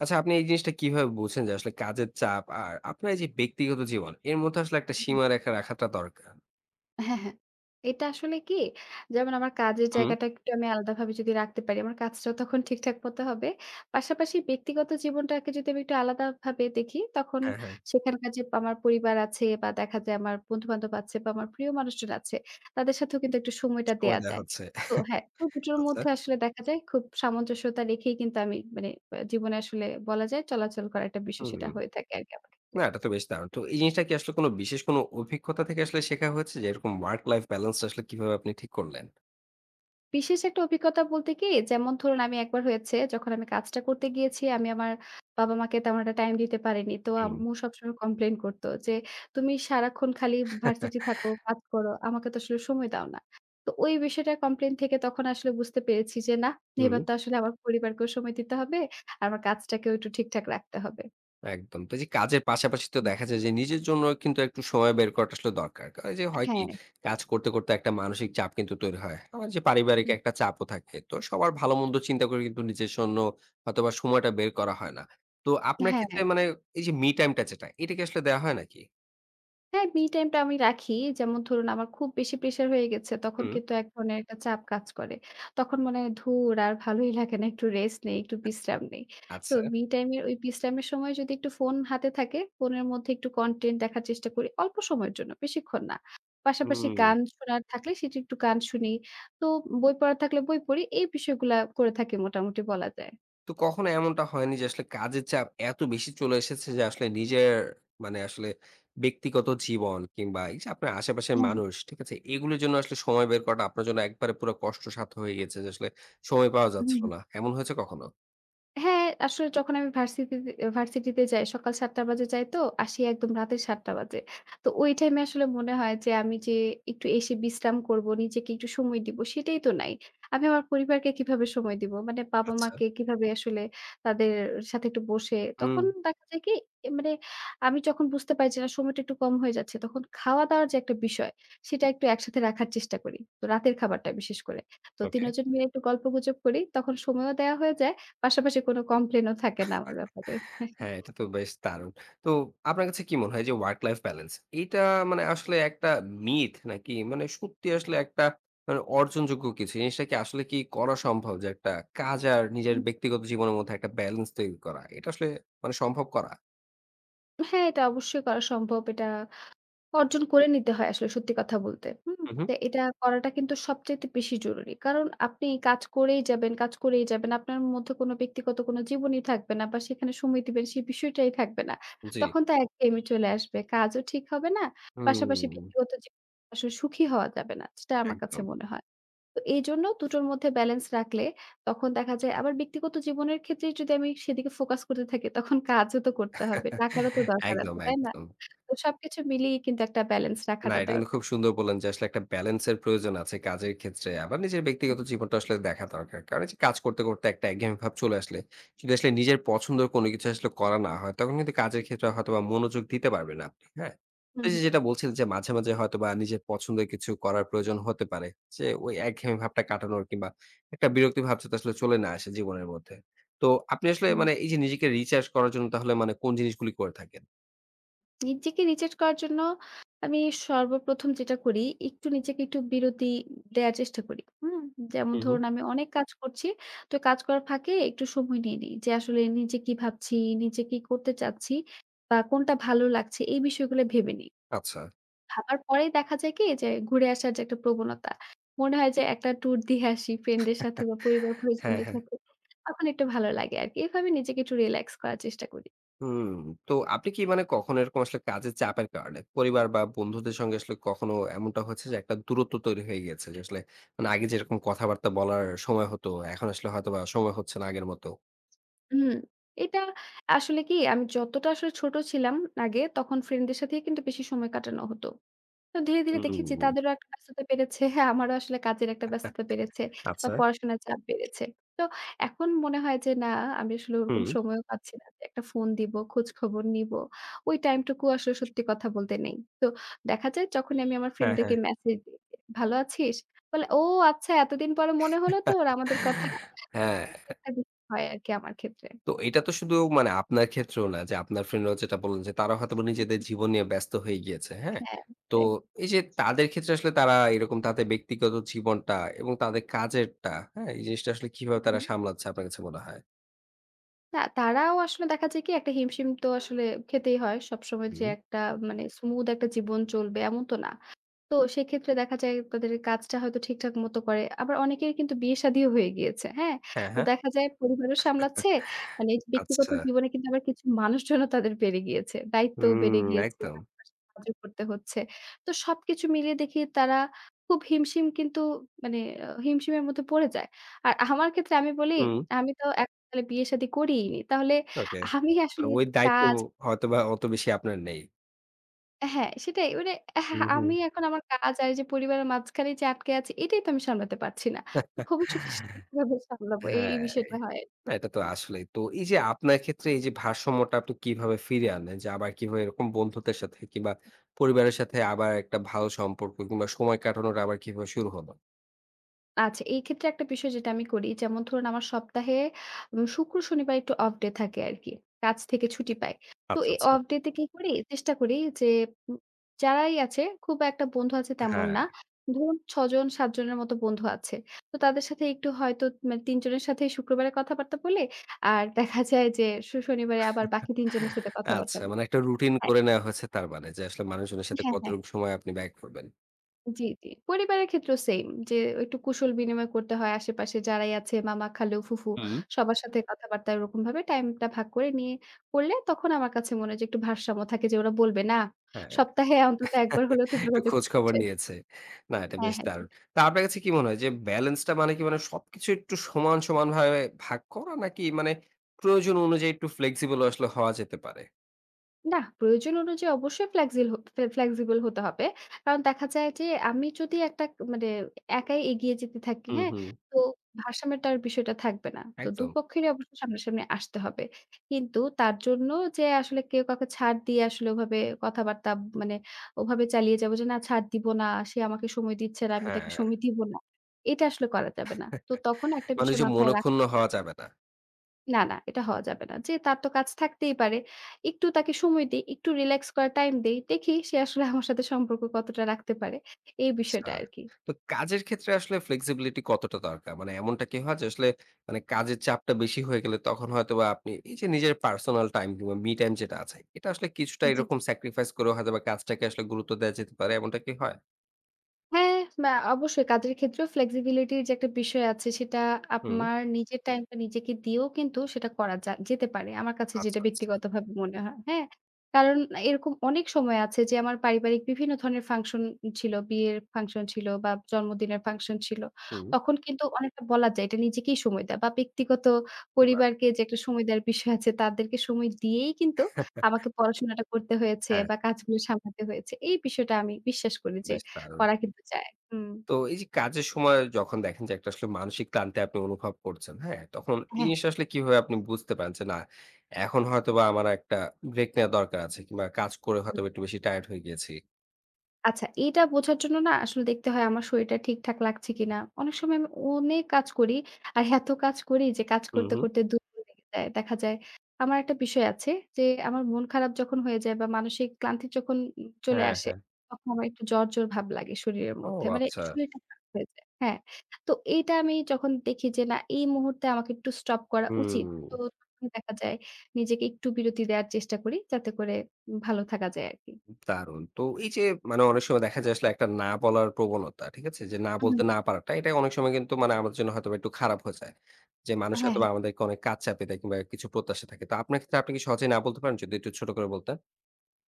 আচ্ছা, আপনি এই জিনিসটা কিভাবে বুঝেন যে আসলে কাজের চাপ আর আপনার এই যে ব্যক্তিগত জীবন, এর মধ্যে আসলে একটা সীমারেখা রাখাটা দরকার? হ্যাঁ, হ্যাঁ। এটা আসলে কি? যেমন আমার কাজের হুম, জায়গাটা একটু আমি আলাদাভাবে যদি রাখতে পারি, আমার কাজটাও তখন ঠিকঠাক মতো হবে। পাশাপাশি ব্যক্তিগত জীবনটাকে যদি আমি একটু আলাদাভাবে দেখি, তখন হ্যাঁ, হ্যাঁ, সেখানকার যে আমার পরিবার আছে বা দেখা যায় আমার বন্ধু-বান্ধব আছে বা আমার প্রিয় মানুষজন আছে, তাদের সাথেও কিন্তু একটু সময়টা সময় দেয়া দেয়া যায়। হচ্ছে। তো হ্যাঁ, তো দুটোর আচ্ছা, মধ্যে আসলে দেখা যায় খুব সামঞ্জস্যতা রেখেই কিন্তু আমি মানে জীবনে আসলে বলা যায় চলাচল করা একটা বিষয় সেটা হুম। হয়ে থাকে আরকি আমার ক্ষেত্রে। না, এটা তো বেশ দারুণ। তো এই জিনিসটা কি আসলে কোনো বিশেষ কোনো অভিজ্ঞতা থেকে আসলে শেখা হয়েছে যে এরকম ওয়ার্ক লাইফ ব্যালেন্স টা আসলে কিভাবে আপনি ঠিক করলেন? বিশেষ একটা অভিজ্ঞতা বলতে কি, যেমন ধরুন আমি একবার হয়েছে যখন আমি কাজটা করতে গিয়েছি আমি আমার বাবা-মাকে তেমন একটা টাইম দিতে পারিনি। তো হুম। আম্মু সবসময় কমপ্লেইন করত যে, "তুমি সারাক্ষণ খালি ভার্সিটি থাকো, কাজ করো। আমাকে তো আসলে সময় দাও না।" তো ওই বিষয়টার কমপ্লেইন থেকে তখন আসলে বুঝতে পেরেছি যে, না হুম। এবার তো আসলে আমার পরিবারকেও সময় দিতে হবে। আর আমার কাজটাকেও একটু ঠিকঠাক রাখতে হবে। একদম। তো এই যে কাজের পাশাপাশি তো হুম। দেখা যায় যে নিজের জন্য কিন্তু একটু সময় বের করাটা আসলে দরকার। কারণ এই যে হয় কি হ্যাঁ, কাজ করতে, করতে একটা মানসিক চাপ কিন্তু তৈরি হয়। আবার যে পারিবারিক হুম, একটা চাপও থাকে। তো সবার ভালো-মন্দ চিন্তা করে কিন্তু নিজের জন্য হয়তোবা সময়টা বের করা হয় না। তো আপনার হ্যাঁ। ক্ষেত্রে মানে এই যে মি টাইম টা যেটা, এটা কি আসলে দেওয়া হয় নাকি? হ্যাঁ, মি টাইমটা আমি রাখি। যেমন ধরুন আমার খুব বেশি প্রেশার হয়ে গেছে, তখন হুম, কিন্তু এক ধরনের একটা চাপ কাজ করে। তখন মনে হয় ধুর আর ভালোই লাগে না, একটু রেস্ট নেই, একটু বিশ্রাম নেই। তো আচ্ছা। মি টাইমের ওই বিশ্রামের সময় যদি একটু ফোন হাতে থাকে, ফোনের মধ্যে একটু কনটেন্ট দেখার চেষ্টা করি অল্প সময়ের জন্য, বেশিক্ষণ না। পাশাপাশি হুম। গান শোনার থাকলে সেটি একটু গান শুনি। তো বই পড়ার থাকলে বই পড়ি। এই বিষয়গুলা করে থাকি মোটামুটি বলা যায়। তো কখনো এমনটা হয়নি যে আসলে কাজের চাপ এত বেশি চলে এসেছে যে আসলে হুম, নিজের মানে আসলে ব্যক্তিগত জীবন কিংবা এই যে আপনার আশেপাশের হুম, মানুষ ঠিক আছে এগুলোর জন্য আসলে সময় বের করাটা আপনার জন্য একবারে পুরো কষ্টসাধ্য হয়ে গেছে যে আসলে সময় পাওয়া যাচ্ছিল হুম। না এমন হয়েছে কখনো? হ্যাঁ, আসলে যখন আমি ভার্সিটিতে ভার্সিটিতে যাই সকাল ৭ঃ০০ বাজে যাই তো, আসি একদম রাতের ৭ঃ০০ বাজে। তো ওই টাইমে আসলে মনে হয় যে আমি যে একটু এসে বিশ্রাম করব, নিজেকে একটু সময় দিব সেটাই তো নাই। আমি আমার পরিবারকে কিভাবে সময় দিব? মানে আচ্ছা। বাবা-মাকে কিভাবে আসলে তাদের সাথে একটু বসে হুম। তখন দেখা যায় কি এ মানে আমি যখন বুঝতে পারি যে না সময়টা একটু কম হয়ে যাচ্ছে তখন খাওয়া-দাওয়ার যে একটা বিষয় সেটা একটু একসাথে রাখার চেষ্টা করি। তো রাতের খাবারটা বিশেষ করে। তো ৩ ওকে। জন মিলে একটু গল্পগুজব করি। তখন সময়ও দেওয়া হয়ে যায়। পাশাপাশি কোনো কমপ্লেইন ও থাকে না আমার ব্যাপারে। হ্যাঁ, এটা তো বেশ দারুণ। তো আপনার কাছে কি মনে হয় যে ওয়ার্ক লাইফ ব্যালেন্স এটা মানে আসলে একটা মিথ নাকি মানে সত্যি আসলে একটা মানে অর্জনযোগ্য কিছু? জিনিসটা কি আসলে কি করা সম্ভব যে একটা কাজ আর নিজের উম ব্যক্তিগত জীবনের মধ্যে একটা ব্যালেন্স তৈরি করা? এটা আসলে মানে সম্ভব করা? হ্যাঁ, এটা অবশ্যই করা সম্ভব। এটা অর্জন করে নিতে হয় আসলে সত্যি কথা বলতে। হুম? হু, হু। তো এটা করাটা কিন্তু সবচাইতে বেশি জরুরি। কারণ আপনি কাজ করেই যাবেন, কাজ করেই যাবেন। আপনার মধ্যে কোনো ব্যক্তিগত কোনো জীবনই থাকবে না বা সেখানে সময় দিবেন সেই বিষয়টাই থাকবে না। জি। তখন তো একঘেয়েমি চলে আসবে। কাজও ঠিক হবে না। পাশাপাশি হুম, ব্যক্তিগত জীবনে আসলে সুখী হওয়া যাবে না। যেটা আমার কাছে একদম। মনে হয়। তো এইজন্য দুটোর মধ্যে ব্যালেন্স রাখলে তখন দেখা যায় আবার ব্যক্তিগত জীবনের ক্ষেত্রেই যদি আমি সেদিকে ফোকাস করতে থাকি তখন কাজও তো করতে হবে। টাকারও তো দরকার একদম, আছে, তাই না? একদম। তো সবকিছু মিলিয়ে কিন্তু একটা ব্যালেন্স না, রাখাটা এটা কিন্তু দরকার। খুব সুন্দর বললেন যে আসলে একটা ব্যালেন্সের প্রয়োজন আছে কাজের ক্ষেত্রে। আবার নিজের ব্যক্তিগত জীবনটা আসলে দেখা দরকার। কারণ এই যে কাজ করতে, করতে একটা একঘেয়েমি ভাব চলে আসলে যদি আসলে নিজের পছন্দের কোনো কিছু আসলে করা না হয়, তখন কিন্তু কাজের ক্ষেত্রে হয়তোবা মনোযোগ দিতে পারবেন না আপনি। হ্যাঁ? তো হুম, এই যে যেটা বলছিলেন যে মাঝে, মাঝে হয়তোবা নিজের পছন্দের কিছু করার প্রয়োজন হতে পারে। যে ওই একঘেয়েমি ভাবটা কাটানোর কিংবা একটা বিরক্তি ভাব যাতে আসলে চলে না আসে জীবনের মধ্যে। তো আপনি আসলে হুম। মানে এই যে নিজেকে রিচার্জ করার জন্য তাহলে মানে কোন জিনিসগুলি করে থাকেন? নিজেকে রিচার্জ করার জন্য আমি সর্বপ্রথম যেটা করি একটু নিজেকে একটু বিরতি দেয়ার চেষ্টা করি। হুম? যেমন হু, হু। ধরুন আমি অনেক কাজ করছি। তো কাজ করার ফাঁকে একটু সময় নিয়ে নিই যে আসলে নিজে কি ভাবছি, নিজে কি করতে চাচ্ছি বা কোনটা ভালো লাগছে এই বিষয়গুলো ভেবে নিই। আচ্ছা। ভাবার পরেই দেখা যায় কি যে ঘুরে আসার যে একটা প্রবণতা। মনে হয় যে একটা ট্যুর দিয়ে আসি ফ্রেন্ডদের সাথে বা হ্যাঁ, পরিবার-পরিজনদের হ্যাঁ। সাথে। তখন একটু ভালো লাগে আরকি। এভাবে নিজেকে একটু রিল্যাক্স করার চেষ্টা করি। হুম, তো আপনি কি মানে কখনো এরকম আসলে কাজের চাপের কারণে পরিবার বা বন্ধুদের সঙ্গে আসলে কখনো এমনটা হয়েছে যে একটা দূরত্ব তৈরি হয়ে গেছে যে আসলে মানে আগে যেরকম কথাবার্তা বলার সময় হতো এখন আসলে হয়তো বা সময় হচ্ছে না আগের মতো? হুম, এটা আসলে কি আমি যতটা আসলে ছোট ছিলাম আগে তখন ফ্রেন্ডদের সাথেই কিন্তু বেশি সময় কাটানো হতো। তো ধীরে, ধীরে হুম, দেখেছি তাদেরও একটা ব্যস্ততা বেড়েছে। হ্যাঁ, আমারও আসলে কাজের একটা ব্যস্ততা বেড়েছে বা আচ্ছা। পড়াশোনার চাপ বেড়েছে। তো এখন মনে হয় যে না, আমি আসলে ওরকম হুম। সময়ও পাচ্ছি না যে একটা ফোন দিব, খোঁজখবর নিব। ওই টাইমটুকু আসলে সত্যি কথা বলতে নেই। তো দেখা যায় যখনই আমি আমার হ্যাঁ, হ্যাঁ। ফ্রেন্ডদেরকে মেসেজ দিই যে, "ভালো আছিস?" বলে, "ও আচ্ছা এতদিন পরে মনে হলো তোর আমাদের কথা।" হ্যাঁ। এই যে একটা বিষয় হয় আরকি আমার ক্ষেত্রে। তো এটা তো শুধু মানে আপনার ক্ষেত্রেও না যে আপনার ফ্রেন্ডরা যেটা বললেন যে তারা হয়তোবা হুম। নিজেদের জীবন নিয়ে ব্যস্ত হয়ে গিয়েছে, হ্যাঁ? হ্যাঁ, তো সেটাই। এই যে তাদের ক্ষেত্রে আসলে তারা এরকম তাদের ব্যক্তিগত জীবনটা এবং তাদের কাজেরটা, হ্যাঁ? এই জিনিসটা আসলে কিভাবে তারা হুম। সামলাচ্ছে আপনার কাছে মনে হয়? না, তারাও আসলে দেখা যায় কি একটা হিমশিম তো আসলে খেতেই হয়। সবসময় যে হুম। একটা মানে স্মুথ একটা জীবন চলবে এমন তো না। তো সেক্ষেত্রে দেখা যায় তাদের কাজটা হয়তো ঠিকঠাক মতো করে। আবার অনেকের কিন্তু বিয়ে-শাদিও হয়ে গিয়েছে, হ্যাঁ? হ্যাঁ, তো হ্যাঁ। দেখা যায় পরিবারও সামলাচ্ছে। মানে এই যে ব্যক্তিগত আচ্ছা। জীবনে কিন্তু আবার কিছু মানুষজনও তাদের বেড়ে গিয়েছে। দায়িত্বও বেড়ে হুম, গিয়েছে। একদম। পাশাপাশি কাজও করতে হচ্ছে। তো সবকিছু মিলিয়ে দেখি তারা খুব হিমশিম কিন্তু মানে হিমশিমের মধ্যে পড়ে যায়। আর আমার ক্ষেত্রে আমি বলি, হুম, আমি তো তাহলে বিয়ে-শাদি করিইনি। তাহলে ওকে। আমি আর আসলে এই ওই যে দায়িত্ব কাজ হয়তোবা অত বেশি আপনার নেই। হ্যাঁ, সেটাই মানে হুম, হ্যাঁ, হুম। আমি এখন আমার কাজ আর এই যে পরিবারের মাঝখানে যে আটকে আছি, এটাই তো আমি সামলাতে পারছি না। ভবিষ্যতে আসলে কিভাবে সামলাবো এই হ্যাঁ, বিষয়টা হয়। না এটা তো আসলেই। তো এই যে আপনার ক্ষেত্রে এই যে ভারসাম্যটা আপনি কিভাবে ফিরিয়ে আনলেন? যে আবার কিভাবে এরকম বন্ধুদের সাথে কিংবা পরিবারের সাথে আবার একটা ভালো সম্পর্ক কিংবা সময় কাটানোটা আবার কিভাবে শুরু হলো? আচ্ছা, এই ক্ষেত্রে একটা বিষয় যেটা আমি করি, যেমন ধরুন আমার সপ্তাহে শুক্র, শনিবার একটু অফ ডে থাকে আরকি। কাজ থেকে ছুটি পাই। তো আচ্ছা, এই আচ্ছা। অফ ডে তে কি করি? চেষ্টা করি যে উম যারাই আছে খুব একটা বন্ধু আছে তেমন হ্যাঁ। না। ধরুন ৬ জন ৭ জনের মতো বন্ধু আছে। তো তাদের সাথে একটু হয়তো মানে ৩ জনের সাথে শুক্রবারে কথাবার্তা বলি। আর দেখা যায় যে শনিবারে আবার বাকি ৩ জনের সাথে কথাবার্তা আচ্ছা বলি। মানে একটা রুটিন হ্যাঁ, করে নেওয়া হয়েছে তার মানে যে আসলে মানুষজনের সাথে হ্যাঁ, হ্যাঁ। কতটুকু সময় আপনি ব্যয় করবেন। জি, জি। পরিবারের ক্ষেত্রেও সেইম যে একটু কুশল বিনিময় করতে হয়। আশেপাশে যারাই আছে মামা, খালু, ফুফু হুম। সবার সাথে কথাবার্তা এরকমভাবে টাইমটা ভাগ করে নিয়ে করলে তখন আমার কাছে মনে হয় যে একটু ভারসাম্য থাকে যে ওরা বলবে না হ্যাঁ। সপ্তাহে অন্তত একবার হলেও তো একটু যোগাযোগ খোঁজ খবর হচ্ছে। নিয়েছে। না, এটা হ্যাঁ, বেশ হ্যাঁ। দারুণ। তা আপনার কাছে কি মনে হয় যে ব্যালেন্সটা মানে কি মানে সবকিছু একটু সমান, সমানভাবে ভাগ করা নাকি মানে প্রয়োজন অনুযায়ী একটু ফ্লেক্সিবল আসলে হওয়া যেতে পারে? না, প্রয়োজন অনুযায়ী অবশ্যই ফ্লেক্সিল হ ফ্লেক্সিবল হতে হবে। কারণ দেখা যায় যে আমি যদি একটা মানে একাই এগিয়ে যেতে থাকি, হুম, হ্যাঁ? হুম। তো ভারসাম্যটার বিষয়টা থাকবে না। তো একদম। দুপক্ষেরই অবশ্যই সামনাসামনি আসতে হবে। কিন্তু তার জন্য যে আসলে কেউ কাউকে ছাড় দিয়ে আসলে ওভাবে কথাবার্তা মানে ওভাবে চালিয়ে যাবো যে, "না ছাড় দিব না, সে আমাকে সময় দিচ্ছে না, আমি তাকে হ্যাঁ। সময় দিব না।" এটা আসলে করা যাবে না। তো তখন একটা মানে ওই বিষয় যে মাথায় রাখ মনোক্ষুণ্ণ হওয়া যাবে না। না, না, এটা হওয়া যাবে না। যে তার তো কাজ থাকতেই পারে। একটু তাকে সময় দেই, একটু রিল্যাক্স করার টাইম দেই। দেখি সে আসলে আমার সাথে সম্পর্ক কতটা রাখতে পারে। এই আচ্ছা। বিষয়টা আরকি। তো কাজের ক্ষেত্রে আসলে ফ্লেক্সিবিলিটি কতটা দরকার? মানে এমনটা কি হয় যে আসলে মানে কাজের চাপটা বেশি হয়ে গেলে তখন হয়তোবা আপনি এই যে নিজের পার্সোনাল টাইম কিংবা মি টাইম যেটা আছে, এটা আসলে কিছুটা জি। এরকম স্যাক্রিফাইস করে হয়তোবা কাজটাকে আসলে গুরুত্ব দেয়া যেতে পারে। এমনটা কি হয়? হ্যাঁ, বা অবশ্যই কাজের ক্ষেত্রেও ফ্লেক্সিবিলিটির যে একটা বিষয় আছে সেটা হুম। আমার নিজের টাইমটা নিজেকে দিয়েও কিন্তু সেটা করা যা যেতে পারে। আমার কাছে আচ্ছা, যেটা আচ্ছা। ব্যক্তিগতভাবে মনে হয়। হ্যাঁ? কারণ এরকম অনেক সময় আছে যে আমার পারিবারিক বিভিন্ন ধরনের ফাংশন ছিল। বিয়ের ফাংশন ছিল বা জন্মদিনের ফাংশন ছিল। হুম। তখন কিন্তু অনেকটা বলা যায় এটা নিজেকেই সময় দেয়া বা ব্যক্তিগত বাহ! পরিবারকে যে একটা সময় দেওয়ার বিষয় আছে তাদেরকে সময় দিয়েই কিন্তু আমাকে পড়াশোনাটা করতে হয়েছে হ্যাঁ, বা কাজগুলো সামলাতে হয়েছে। এই বিষয়টা আমি বিশ্বাস করি যে বেশ দারুণ। করা কিন্তু যায়। হুম। তো এই যে কাজের সময় যখন দেখেন যে একটা আসলে মানসিক ক্লান্তি আপনি অনুভব করছেন, হ্যাঁ? তখন এই হ্যাঁ। জিনিসটা আসলে কিভাবে আপনি বুঝতে পারেন যে, "না, এখন হয়তোবা আমার একটা ব্রেক নেয়া দরকার আছে কিংবা কাজ করে হয়তোবা একটু বেশি টায়ার্ড হয়ে গিয়েছি।" আচ্ছা, এইটা বোঝার জন্য না আসলে দেখতে হয় আমার শরীরটা ঠিকঠাক লাগছে কিনা। অনেক সময় আমি অনেক কাজ করি। আর এত কাজ করি যে কাজ হুম, করতে, হুম। করতে দুর্বল লেগে যায়। দেখা যায় আমার একটা বিষয় আছে যে আমার মন খারাপ যখন হয়ে যায় বা মানসিক ক্লান্তি যখন চলে হ্যাঁ, আসে, হ্যাঁ। তখন আমার একটু জ্বর, জ্বর ভাব লাগে শরীরের ও মধ্যে। মানে আচ্ছা। শরীরটা খারাপ হয়ে যায়। হ্যাঁ। তো এইটা আমি যখন দেখি যে না এই মুহূর্তে আমাকে একটু স্টপ করা উচিত। হুম, তো তখন দেখা যায় নিজেকে একটু বিরতি দেওয়ার চেষ্টা করি যাতে করে ভালো থাকা যায় আরকি। দারুণ। তো এই যে মানে অনেক সময় দেখা যায় আসলে একটা না বলার প্রবণতা, ঠিক আছে? যে না হুম। বলতে না পারাটা, এটা অনেক সময় কিন্তু মানে আমাদের জন্য হয়তোবা একটু খারাপ হয়ে যায়। যে মানুষ হ্যাঁ, হয়তোবা হ্যাঁ। আমাদেরকে অনেক কাজ চাপিয়ে দেয় কিংবা কিছু প্রত্যাশা থাকে। তো আপনার ক্ষেত্রে আপনি কি সহজেই না বলতে পারেন? যদি একটু ছোট করে বলতেন।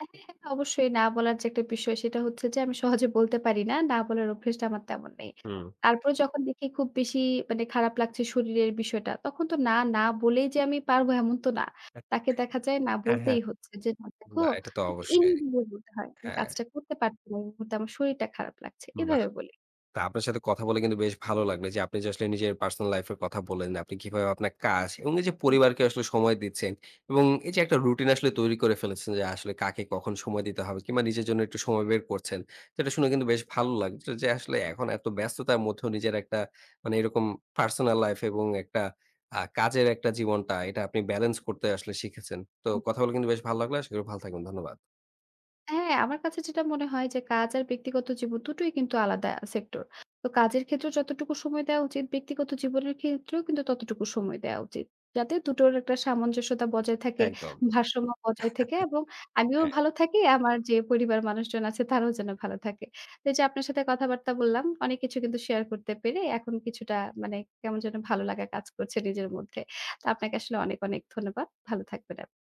হ্যাঁ, হ্যাঁ, অবশ্যই না বলার যে একটা বিষয় সেটা হচ্ছে যে আমি সহজে বলতে পারি না। না বলার অভ্যাসটা আমার তেমন নেই। হুম। তারপরে যখন দেখি খুব বেশি মানে খারাপ লাগছে শরীরের বিষয়টা তখন তো না, না বলেই যে আমি পারবো এমন তো না। তাকে দেখা যায় না হ্যাঁ, হ্যাঁ। বলতেই হচ্ছে যে না দেখো না, এটা তো একটু এড়িয়ে অবশ্যই। দিয়ে বলতে হয়। আমি হ্যাঁ, কাজটা করতে পারছি না। এই মুহূর্তে আমার শরীরটা খারাপ লাগছে। বাহ! এভাবে বলি। তো আপনার সাথে কথা বলে কিন্তু বেশ ভালো লাগলো যে আপনি যে আসলে নিজের পার্সোনাল লাইফ এর কথা বললেন, আপনি কিভাবে আপনার কাজ এবং এই যে পরিবারকে আসলে সময় দিচ্ছেন এবং এই যে একটা রুটিন আসলে তৈরি করে ফেলেছেন যে আসলে কাকে কখন সময় দিতে হবে কিংবা নিজের জন্য একটু সময় বের করছেন। যেটা শুনে কিন্তু বেশ ভালো লাগছে যে আসলে এখন এত ব্যস্ততার মধ্যেও নিজের একটা মানে এরকম পার্সোনাল লাইফ এবং একটা কাজের একটা জীবনটা এটা আপনি ব্যালেন্স করতে আসলে শিখেছেন। তো কথা বলে কিন্তু বেশ ভালো লাগলো। আশা করি ভালো থাকবেন। ধন্যবাদ। হ্যাঁ, আমার কাছে যেটা মনে হয় যে কাজ আর ব্যক্তিগত জীবন দুটোই কিন্তু আলাদা সেক্টর। তো কাজের ক্ষেত্রেও যতটুকু সময় দেওয়া উচিত, ব্যক্তিগত জীবনের ক্ষেত্রেও কিন্তু ততটুকু সময় দেওয়া উচিত। যাতে দুটোর একটা সামঞ্জস্যতা বজায় থাকে, একদম। ভারসাম্য বজায় থেকে এবং আমিও হ্যাঁ। ভালো থাকি, আমার যে পরিবার মানুষজন আছে তারাও যেন ভালো থাকে। তো এই যে আপনার সাথে কথাবার্তা বললাম, অনেক কিছু কিন্তু শেয়ার করতে পেরে এখন কিছুটা মানে কেমন যেন ভালো লাগা কাজ করছে নিজের মধ্যে। তো আপনাকে আসলে অনেক, অনেক ধন্যবাদ। ভালো থাকবেন আপ